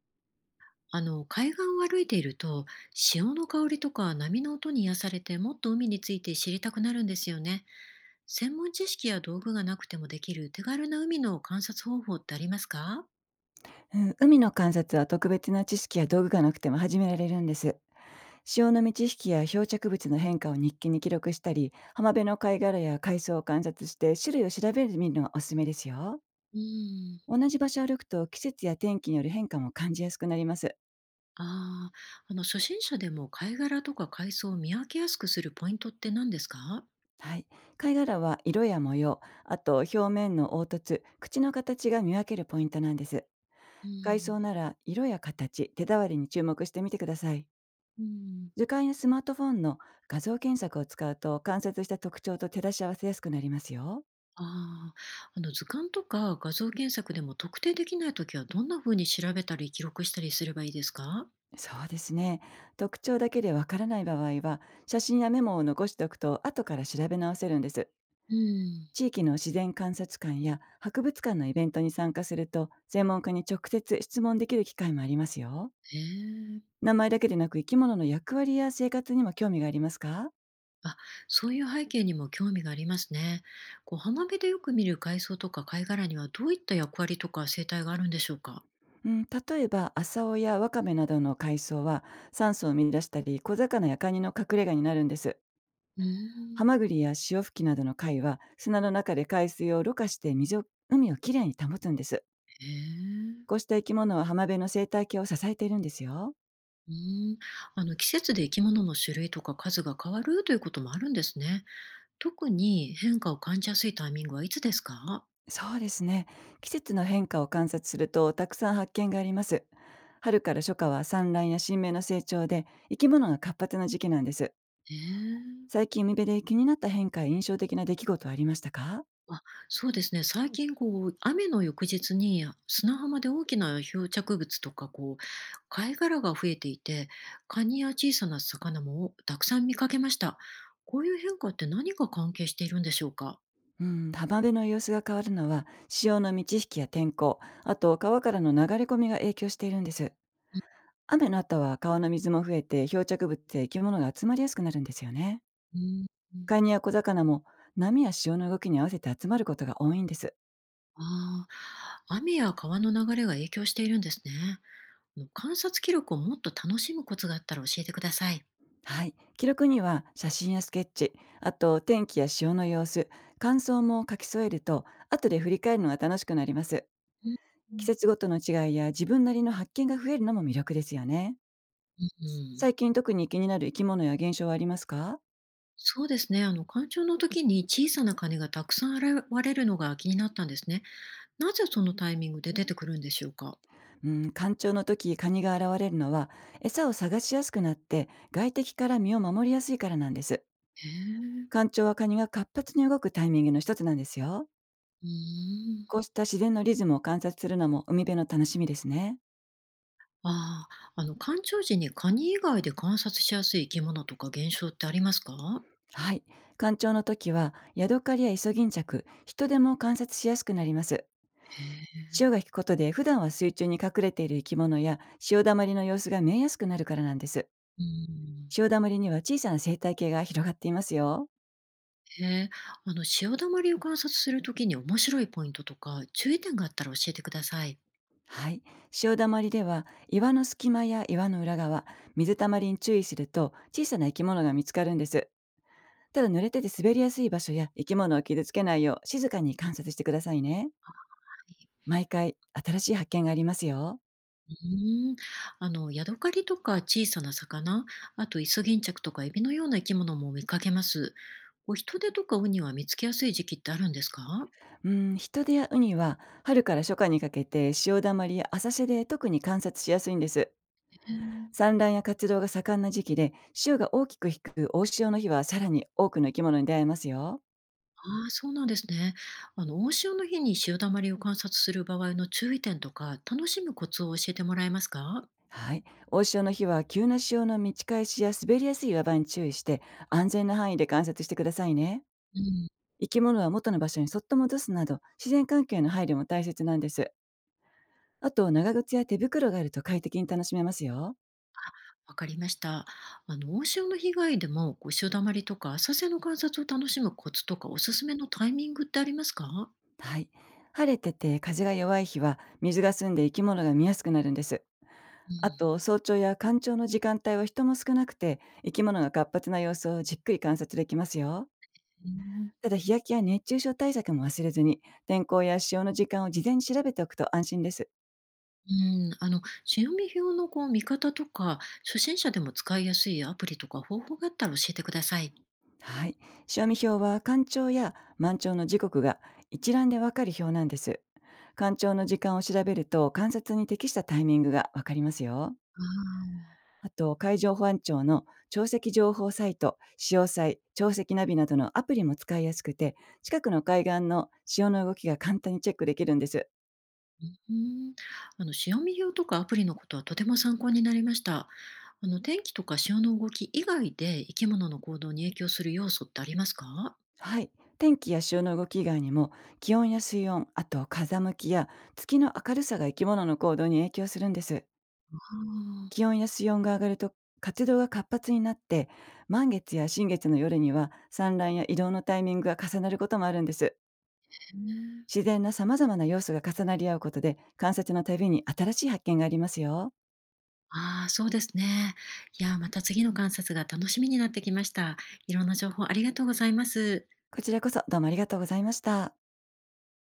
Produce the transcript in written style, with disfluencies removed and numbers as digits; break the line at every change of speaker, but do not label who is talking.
あの海岸を歩いていると潮の香りとか波の音に癒されて、もっと海について知りたくなるんですよね。専門知識や道具がなくてもできる手軽な海の観察方法ってありますか？
うん、海の観察は特別な知識や道具がなくても始められるんです。潮の満ち引きや漂着物の変化を日記に記録したり、浜辺の貝殻や海藻を観察して種類を調べてみるのがおすすめですよ。
うん、
同じ場所を歩くと季節や天気による変化も感じやすくなります。
ああー、初心者でも貝殻とか海藻を見分けやすくするポイントって何ですか？
はい。貝殻は色や模様、あと表面の凹凸、口の形が見分けるポイントなんです。
う
海藻
ん、
なら色や形、手触りに注目してみてください。
うん。
図解やスマートフォンの画像検索を使うと観察した特徴と照らし合わせやすくなりますよ。
ああ、図鑑とか画像検索でも特定できないときはどんな風に調べたり記録したりすればいいですか？
そうですね。特徴だけでわからない場合は、写真やメモを残しておくと後から調べ直せるんです。
うん。
地域の自然観察館や博物館のイベントに参加すると、専門家に直接質問できる機会もありますよ。
へえ。
名前だけでなく生き物の役割や生活にも興味がありますか？
あ、そういう背景にも興味がありますね。こう浜辺でよく見る海藻とか貝殻にはどういった役割とか生態があるんでしょうか。
うん、例えば浅尾やワカメなどの海藻は酸素を生み出したり小魚やカニの隠れ家になるんです。
う
ハ
ーん。
マグリや潮吹きなどの貝は砂の中で海水をろ過して水を海をきれいに保つんです。
へえ。
こうした生き物は浜辺の生態系を支えているんですよ。
うーん。季節で生き物の種類とか数が変わるということもあるんですね。特に変化を感じやすいタイミングはいつですか。
そうですね。季節の変化を観察するとたくさん発見があります。春から初夏は産卵や新芽の成長で生き物が活発な時期なんです。
へえ。
最近海辺で気になった変化や印象的な出来事はありましたか？
あ、そうですね。最近こう、雨の翌日に砂浜で大きな漂着物とか、こう、貝殻が増えていて、カニや小さな魚もたくさん見かけました。こういう変化って何が関係しているんでしょうか？
うん、浜辺の様子が変わるのは潮の満ち引きや天候、あと川からの流れ込みが影響しているんです。雨の後は川の水も増えて漂着物って生き物が集まりやすくなるんですよね。
うん。
カニや小魚も波や潮の動きに合わせて集まることが多いんです。
ああ、雨や川の流れが影響しているんですね。あの観察記録をもっと楽しむコツがあったら教えてください。
はい。記録には写真やスケッチ、あと天気や潮の様子、感想も書き添えると、後で振り返るのが楽しくなります。
うん。
季節ごとの違いや自分なりの発見が増えるのも魅力ですよね。
うん、
最近特に気になる生き物や現象はありますか？
そうですね。干潮の時に小さなカニがたくさん現れるのが気になったんですね。なぜそのタイミングで出てくるんでしょうか。
うん、干潮の時カニが現れるのは餌を探しやすくなって外敵から身を守りやすいからなんです。
へえ。
干潮はカニが活発に動くタイミングの一つなんですよ。
うー
こ
ん。
うした自然のリズムを観察するのも海辺の楽しみですね。
ああ、干潮時にカニ以外で観察しやすい生き物とか現象ってありますか？
はい。干潮の時はヤドカリやイソギンチャク人でも観察しやすくなります。
へえ。
潮が引くことで普段は水中に隠れている生き物や潮だまりの様子が見えやすくなるからなんです。
うん。
潮だまりには小さな生態系が広がっていますよ。
へえ。潮だまりを観察するときに面白いポイントとか注意点があったら教えてください。
はい。潮だまりでは岩の隙間や岩の裏側、水たまりに注意すると小さな生き物が見つかるんです。ただ濡れてて滑りやすい場所や生き物を傷つけないよう静かに観察してくださいね。毎回新しい発見がありますよ。
うーん、ヤドカリとか小さな魚、あとイソギンチャクとかエビのような生き物も見かけます。こう人手とかウニは見つけやすい時期ってあるんですか？
うん、ヒトデやウニは春から初夏にかけて潮だまりや浅瀬で特に観察しやすいんです。
えー、
産卵や活動が盛んな時期で潮が大きく引く大潮の日はさらに多くの生き物に出会えますよ。
ああ、そうなんですね。大潮の日に潮だまりを観察する場合の注意点とか、楽しむコツを教えてもらえますか？
はい。大潮の日は急な潮の満ち返しや滑りやすい岩場に注意して安全な範囲で観察してくださいね。
うん、
生き物は元の場所にそっと戻すなど自然環境への配慮も大切なんです。あと長靴や手袋があると快適に楽しめますよ。
わかりました。大潮の被害でも、こう潮だまりとか浅瀬の観察を楽しむコツとか、おすすめのタイミングってありますか？
はい。晴れてて風が弱い日は水が澄んで生き物が見やすくなるんです。あ
う
と早朝や干潮の時間帯は人も少なくて生き物が活発な様子をじっくり観察できますよ。
ん。
ただ日焼けや熱中症対策も忘れずに、天候や潮の時間を事前に調べておくと安心です。
うん、潮見表のこう見方とか、初心者でも使いやすいアプリとか方法があったら教えてください。
はい。潮見表は干潮や満潮の時刻が一覧でわかる表なんです。干潮の時間を調べると観察に適したタイミングがわかりますよ。
ああ、
あと、海上保安庁の潮汐情報サイト、潮祭、潮汐ナビなどのアプリも使いやすくて、近くの海岸の潮の動きが簡単にチェックできるんです。
うん。潮見表とかアプリのことはとても参考になりました。天気とか潮の動き以外で生き物の行動に影響する要素ってありますか？あ
はい。天気や潮の動き以外にも、気温や水温、あと風向きや月の明るさが生き物の行動に影響するんです。
あ、へ
気
え。
温や水温が上がると、活動が活発になって、満月や新月の夜には産卵や移動のタイミングが重なることもあるんです。
あーね、
自然な様々な要素が重なり合うことで、観察のたびに新しい発見がありますよ。
あー、そうですね。いやー、また次の観察が楽しみになってきました。いろんな情報ありがとうございます。
こちらこそどうもありがとうございました。